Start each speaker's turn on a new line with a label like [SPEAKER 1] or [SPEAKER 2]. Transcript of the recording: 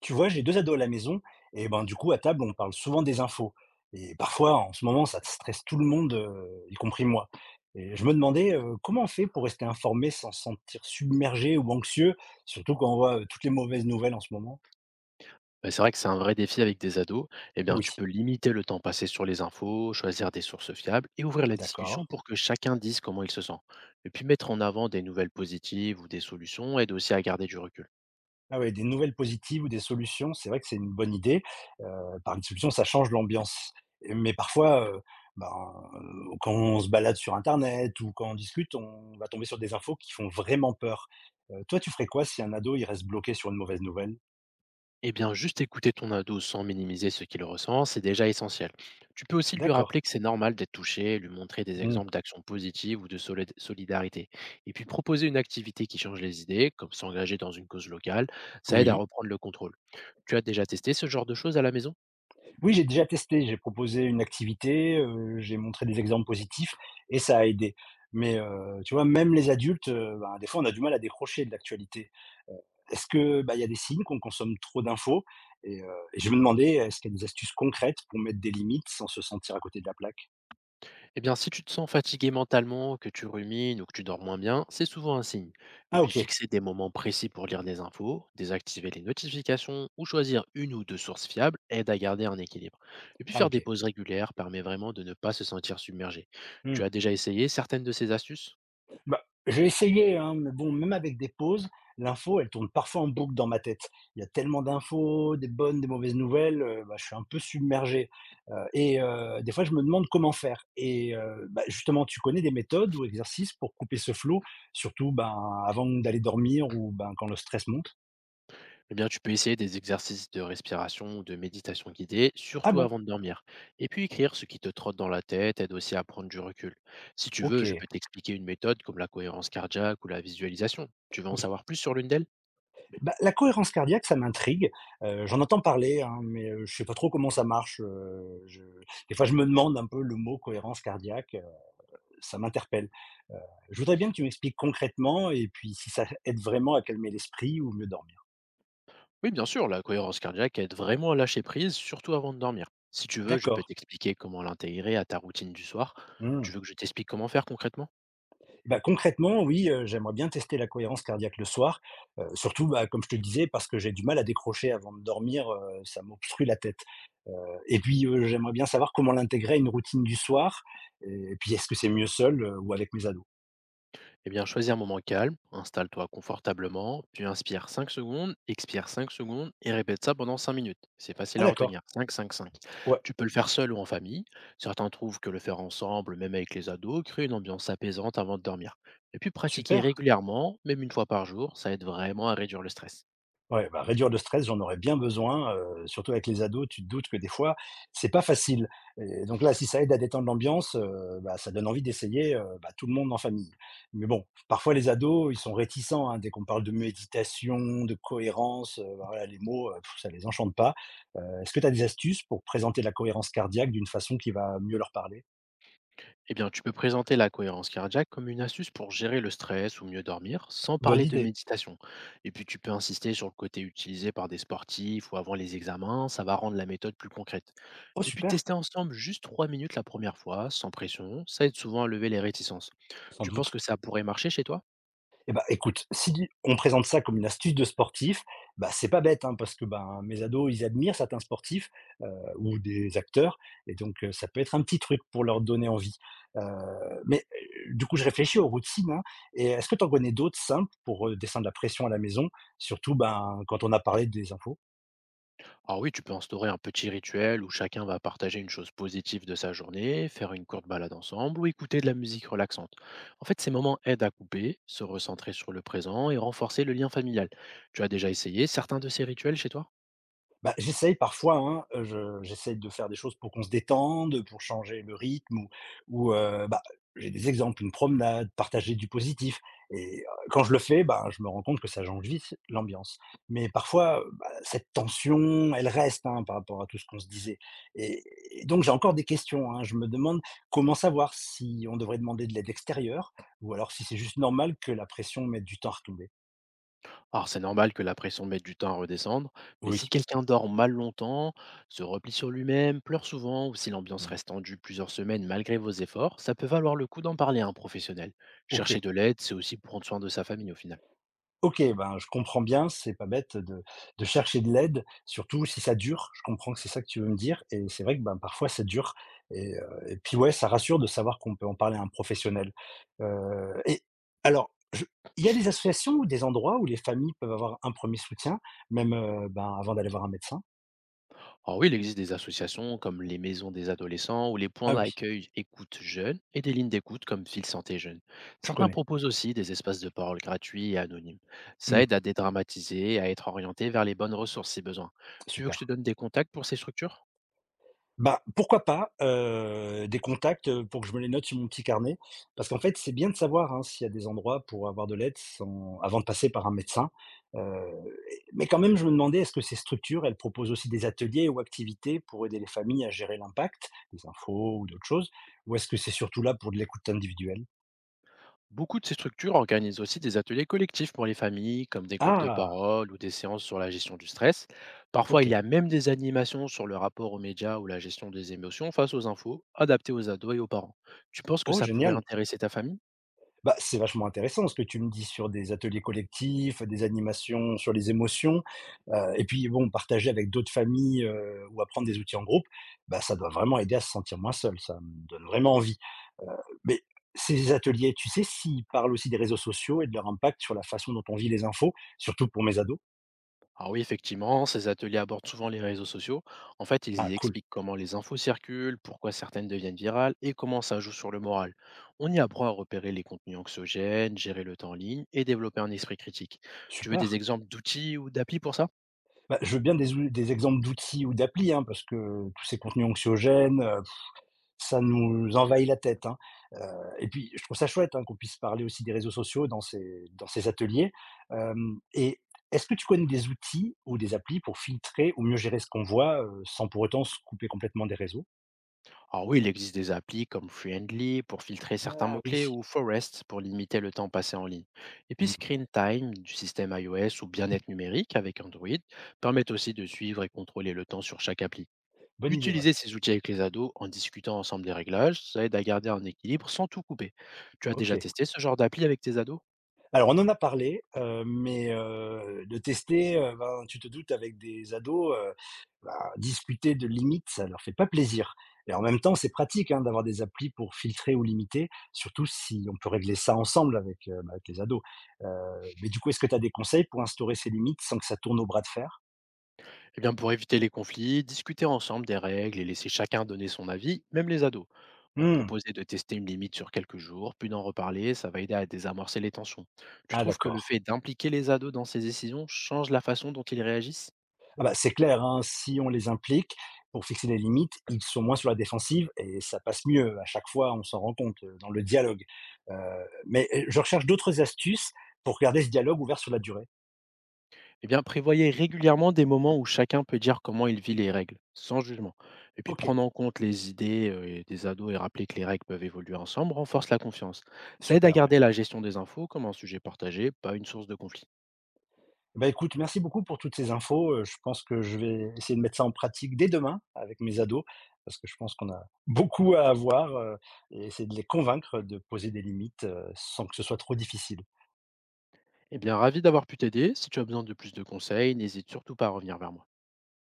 [SPEAKER 1] Tu vois, j'ai 2 ados à la maison et ben, du coup, à table, on parle souvent des infos. Et parfois, en ce moment, ça stresse tout le monde, y compris moi. Et je me demandais, comment on fait pour rester informé sans se sentir submergé ou anxieux, surtout quand on voit, toutes les mauvaises nouvelles en ce moment?
[SPEAKER 2] Bah, c'est vrai que c'est un vrai défi avec des ados. Eh bien,
[SPEAKER 1] Oui,
[SPEAKER 2] tu peux limiter le temps passé sur les infos, choisir des sources fiables et ouvrir la
[SPEAKER 1] d'accord.
[SPEAKER 2] discussion pour que chacun dise comment il se sent. Et puis mettre en avant des nouvelles positives ou des solutions aide aussi à garder du recul.
[SPEAKER 1] Ah ouais, des nouvelles positives ou des solutions, c'est vrai que c'est une bonne idée. Par une solution, ça change l'ambiance. Mais parfois, ben, quand on se balade sur internet ou quand on discute, on va tomber sur des infos qui font vraiment peur. Toi, tu ferais quoi si un ado, il reste bloqué sur une mauvaise nouvelle?
[SPEAKER 2] Eh bien, juste écouter ton ado sans minimiser ce qu'il ressent, c'est déjà essentiel. Tu peux aussi lui
[SPEAKER 1] D'accord.
[SPEAKER 2] rappeler que c'est normal d'être touché, lui montrer des
[SPEAKER 1] Mmh.
[SPEAKER 2] exemples d'actions positives ou de solidarité. Et puis proposer une activité qui change les idées, comme s'engager dans une cause locale, ça aide à
[SPEAKER 1] Oui.
[SPEAKER 2] reprendre le contrôle. Tu as déjà testé ce genre de choses à la maison?
[SPEAKER 1] Oui, j'ai déjà testé, j'ai proposé une activité, j'ai montré des exemples positifs et ça a aidé. Mais, tu vois, même les adultes, ben, des fois, on a du mal à décrocher de l'actualité. Est-ce que bah, il y a des signes qu'on consomme trop d'infos? Et je me demandais, est-ce qu'il y a des astuces concrètes pour mettre des limites sans se sentir à côté de la plaque?
[SPEAKER 2] Eh bien, si tu te sens fatigué mentalement, que tu rumines ou que tu dors moins bien, c'est souvent un signe. Et
[SPEAKER 1] Ah
[SPEAKER 2] puis
[SPEAKER 1] OK,
[SPEAKER 2] fixer des moments précis pour lire des infos, désactiver les notifications ou choisir une ou deux sources fiables aide à garder un équilibre. Et puis
[SPEAKER 1] ah
[SPEAKER 2] faire des
[SPEAKER 1] OK.
[SPEAKER 2] pauses régulières permet vraiment de ne pas se sentir submergé. Tu
[SPEAKER 1] Mmh.
[SPEAKER 2] as déjà essayé certaines de ces astuces?
[SPEAKER 1] Bah, j'ai essayé, hein, mais bon, même avec des pauses, l'info, elle tourne parfois en boucle dans ma tête. Il y a tellement d'infos, des bonnes, des mauvaises nouvelles, bah, je suis un peu submergé, des fois, je me demande comment faire bah, justement, tu connais des méthodes ou exercices pour couper ce flot, surtout, ben, avant d'aller dormir ou, ben, quand le stress monte?
[SPEAKER 2] Eh bien, tu peux essayer des exercices de respiration ou de méditation guidée,
[SPEAKER 1] Ah
[SPEAKER 2] surtout
[SPEAKER 1] bon?
[SPEAKER 2] avant de dormir. Et puis écrire ce qui te trotte dans la tête aide aussi à prendre du recul. Si tu veux, je
[SPEAKER 1] OK.
[SPEAKER 2] peux t'expliquer une méthode comme la cohérence cardiaque ou la visualisation. Tu veux en
[SPEAKER 1] Oui.
[SPEAKER 2] savoir plus sur l'une d'elles?
[SPEAKER 1] Bah, la cohérence cardiaque, ça m'intrigue. J'en entends parler, hein, mais, je sais pas trop comment ça marche, je des fois, je me demande un peu le mot cohérence cardiaque, ça m'interpelle. Heu, je voudrais bien que tu m'expliques concrètement et puis si ça aide vraiment à calmer l'esprit ou mieux dormir.
[SPEAKER 2] Oui, bien sûr, la cohérence cardiaque aide vraiment à lâcher prise, surtout avant de dormir. Si tu veux, je peux
[SPEAKER 1] D'accord.
[SPEAKER 2] t'expliquer comment l'intégrer à ta routine du soir. Tu
[SPEAKER 1] Mmh.
[SPEAKER 2] veux que je t'explique comment faire concrètement?
[SPEAKER 1] Bah, concrètement, oui, j'aimerais bien tester la cohérence cardiaque le soir, surtout, bah, comme je te disais, parce que j'ai du mal à décrocher avant de dormir, ça m'obstrue la tête, heu et puis, j'aimerais bien savoir comment l'intégrer à une routine du soir et puis est-ce que c'est mieux seul, ou avec mes ados?
[SPEAKER 2] Eh bien, choisis un moment calme, installe-toi confortablement, puis inspire 5 secondes, expire 5 secondes et répète ça pendant 5 minutes. C'est facile
[SPEAKER 1] Ah
[SPEAKER 2] à
[SPEAKER 1] d'accord,
[SPEAKER 2] retenir. 5, 5, 5.
[SPEAKER 1] ouais,
[SPEAKER 2] Tu peux le faire seul ou en famille. Certains trouvent que le faire ensemble, même avec les ados, crée une ambiance apaisante avant de dormir. Et puis pratiquer
[SPEAKER 1] super.
[SPEAKER 2] régulièrement, même une fois par jour, ça aide vraiment à réduire le stress.
[SPEAKER 1] Ouais, bah, réduire le stress, j'en aurais bien besoin, surtout avec les ados, tu te doutes que des fois, c'est pas facile et donc là, si ça aide à détendre l'ambiance, bah, ça donne envie d'essayer, bah, tout le monde en famille. Mais bon, parfois les ados, ils sont réticents, hein, dès qu'on parle de méditation, de cohérence, bah, voilà les mots, ça les enchante pas. Est-ce que tu as des astuces pour présenter la cohérence cardiaque d'une façon qui va mieux leur parler?
[SPEAKER 2] Eh bien, tu peux présenter la cohérence cardiaque comme une astuce pour gérer le stress ou mieux dormir, sans
[SPEAKER 1] Bonne
[SPEAKER 2] parler de
[SPEAKER 1] idée.
[SPEAKER 2] méditation. Et puis, tu peux insister sur le côté utilisé par des sportifs ou avant les examens, ça va rendre la méthode plus concrète.
[SPEAKER 1] Oh
[SPEAKER 2] Et puis,
[SPEAKER 1] super!
[SPEAKER 2] tester ensemble juste 3 minutes la première fois, sans pression, ça aide souvent à lever les réticences.
[SPEAKER 1] Sans
[SPEAKER 2] Tu penses que
[SPEAKER 1] doute.
[SPEAKER 2] ça pourrait marcher chez toi?
[SPEAKER 1] Eh ben, écoute, si on présente ça comme une astuce de sportif, bah, c'est pas bête, hein, parce que, ben, mes ados, ils admirent certains sportifs, heu, ou des acteurs et donc, ça peut être un petit truc pour leur donner envie. Heu, mais, du coup, je réfléchis aux routines, hein, et est-ce que tu en connais d'autres simples pour, descendre la pression à la maison? Surtout, ben, quand on a parlé des infos.
[SPEAKER 2] Alors oui, tu peux instaurer un petit rituel où chacun va partager une chose positive de sa journée, faire une courte balade ensemble ou écouter de la musique relaxante. En fait, ces moments aident à couper, se recentrer sur le présent et renforcer le lien familial. Tu as déjà essayé certains de ces rituels chez toi?
[SPEAKER 1] Bah, j'essaye parfois, hein, je j'essaye de faire des choses pour qu'on se détende, pour changer le rythme ou, bah, j'ai des exemples, une promenade, partager du positif et quand je le fais, ben, je me rends compte que ça change vite l'ambiance. Mais parfois, bah, cette tension, elle reste, hein, par rapport à tout ce qu'on se disait et et donc j'ai encore des questions, hein. Je me demande comment savoir si on devrait demander de l'aide extérieure ou alors si c'est juste normal que la pression mette du temps à retomber?
[SPEAKER 2] Alors, c'est normal que la pression mette du temps à redescendre, mais
[SPEAKER 1] Oui,
[SPEAKER 2] si quelqu'un dort mal longtemps, se replie sur lui-même, pleure souvent, ou si l'ambiance
[SPEAKER 1] mmh,
[SPEAKER 2] reste tendue plusieurs semaines malgré vos efforts, ça peut valoir le coup d'en parler à un professionnel. Chercher
[SPEAKER 1] OK.
[SPEAKER 2] de l'aide, c'est aussi prendre soin de sa famille au final.
[SPEAKER 1] OK, ben, je comprends bien, c'est pas bête de chercher de l'aide, surtout si ça dure. Je comprends que c'est ça que tu veux me dire et c'est vrai que, ben, parfois ça dure et heu et puis, ouais, ça rassure de savoir qu'on peut en parler à un professionnel. Et alors, je Il y a des associations ou des endroits où les familles peuvent avoir un premier soutien, même, ben, avant d'aller voir un médecin?
[SPEAKER 2] Alors oui, il existe des associations comme les maisons des adolescents ou les points
[SPEAKER 1] Ah oui,
[SPEAKER 2] d'accueil écoute jeunes et des lignes d'écoute comme Fil Santé Jeune.
[SPEAKER 1] je
[SPEAKER 2] Certains
[SPEAKER 1] connais.
[SPEAKER 2] proposent aussi des espaces de parole gratuits et anonymes. Ça
[SPEAKER 1] Mmh,
[SPEAKER 2] aide à dédramatiser et à être orienté vers les bonnes ressources si besoin. Tu veux que
[SPEAKER 1] super.
[SPEAKER 2] je te donne des contacts pour ces structures?
[SPEAKER 1] Bah, pourquoi pas, des contacts, pour que je me les note sur mon petit carnet. Parce qu'en fait, c'est bien de savoir, hein, s'il y a des endroits pour avoir de l'aide sans avant de passer par un médecin, heu mais quand même, je me demandais, est-ce que ces structures, elles proposent aussi des ateliers ou activités pour aider les familles à gérer l'impact, des infos ou d'autres choses? Ou est-ce que c'est surtout là pour de l'écoute individuelle?
[SPEAKER 2] Beaucoup de ces structures organisent aussi des ateliers collectifs pour les familles, comme des groupes de
[SPEAKER 1] Ah!
[SPEAKER 2] parole ou des séances sur la gestion du stress. Parfois, il y
[SPEAKER 1] OK.
[SPEAKER 2] a même des animations sur le rapport aux médias ou la gestion des émotions face aux infos, adaptées aux ados et aux parents. Tu penses que
[SPEAKER 1] Oh
[SPEAKER 2] ça pourrait
[SPEAKER 1] génial!
[SPEAKER 2] intéresser ta famille?
[SPEAKER 1] Bah, c'est vachement intéressant ce que tu me dis sur des ateliers collectifs, des animations sur les émotions, et puis bon, partager avec d'autres familles, ou apprendre des outils en groupe, bah, ça doit vraiment aider à se sentir moins seul, ça me donne vraiment envie. Mais ces ateliers, tu sais s'ils parlent aussi des réseaux sociaux et de leur impact sur la façon dont on vit les infos, surtout pour mes ados?
[SPEAKER 2] Alors oui, effectivement, ces ateliers abordent souvent les réseaux sociaux. En fait, ils
[SPEAKER 1] Ah
[SPEAKER 2] y
[SPEAKER 1] cool,
[SPEAKER 2] expliquent comment les infos circulent, pourquoi certaines deviennent virales et comment ça joue sur le moral. On y apprend à repérer les contenus anxiogènes, gérer le temps en ligne et développer un esprit critique. Tu veux
[SPEAKER 1] super.
[SPEAKER 2] des exemples d'outils ou d'applis pour ça?
[SPEAKER 1] Bah, je veux bien des exemples d'outils ou d'applis, hein, parce que tous ces contenus anxiogènes, ça nous envahit la tête, hein, heu et puis je trouve ça chouette, hein, qu'on puisse parler aussi des réseaux sociaux dans ces ateliers, hem et est-ce que tu connais des outils ou des applis pour filtrer ou mieux gérer ce qu'on voit, sans pour autant se couper complètement des réseaux?
[SPEAKER 2] Alors oui, il existe des applis comme Friendly pour filtrer certains
[SPEAKER 1] Ah oui,
[SPEAKER 2] mots-clés ou Forest pour limiter le temps passé en ligne. Et puis
[SPEAKER 1] mmh,
[SPEAKER 2] Screen Time du système iOS ou Bien-être numérique avec Android permettent aussi de suivre et contrôler le temps sur chaque appli.
[SPEAKER 1] bonne idée, ouais,
[SPEAKER 2] Utiliser ces outils avec les ados en discutant ensemble des réglages, ça aide à garder un équilibre sans tout couper. Tu as
[SPEAKER 1] OK.
[SPEAKER 2] déjà testé ce genre d'appli avec tes ados?
[SPEAKER 1] Alors on en a parlé, de tester, ben, tu te doutes avec des ados, bah, discuter de limites, ça leur fait pas plaisir. Et en même temps, c'est pratique hein, d'avoir des applis pour filtrer ou limiter, surtout si on peut régler ça ensemble avec, bah, avec les ados. Mais du coup, est-ce que tu as des conseils pour instaurer ces limites sans que ça tourne au bras de fer?
[SPEAKER 2] Eh bien, pour éviter les conflits, discuter ensemble des règles et laisser chacun donner son avis, même les ados. Bon,
[SPEAKER 1] Mmh,
[SPEAKER 2] proposer de tester une limite sur quelques jours, puis d'en reparler, ça va aider à désamorcer les tensions. Tu
[SPEAKER 1] ah
[SPEAKER 2] trouves que le
[SPEAKER 1] d'accord.
[SPEAKER 2] fait d'impliquer les ados dans ces décisions change la façon dont ils réagissent?
[SPEAKER 1] Ah bah, c'est clair, hein, si on les implique pour fixer des limites, ils sont moins sur la défensive et ça passe mieux. À chaque fois, on s'en rend compte, dans le dialogue. Heu, je recherche d'autres astuces pour garder ce dialogue ouvert sur la durée.
[SPEAKER 2] Eh bien, prévoyez régulièrement des moments où chacun peut dire comment il vit les règles, sans jugement. Et puis,
[SPEAKER 1] OK,
[SPEAKER 2] prendre en compte les idées et des ados et rappeler que les règles peuvent évoluer ensemble renforce la confiance. Ça aide à
[SPEAKER 1] super, ouais.
[SPEAKER 2] garder la gestion des infos comme un sujet partagé, pas une source de conflit.
[SPEAKER 1] Bah, écoute, merci beaucoup pour toutes ces infos, je pense que je vais essayer de mettre ça en pratique dès demain avec mes ados, parce que je pense qu'on a beaucoup à avoir, et essayer de les convaincre de poser des limites, sans que ce soit trop difficile.
[SPEAKER 2] Eh bien, ravi d'avoir pu t'aider. Si tu as besoin de plus de conseils, n'hésite surtout pas à revenir vers moi.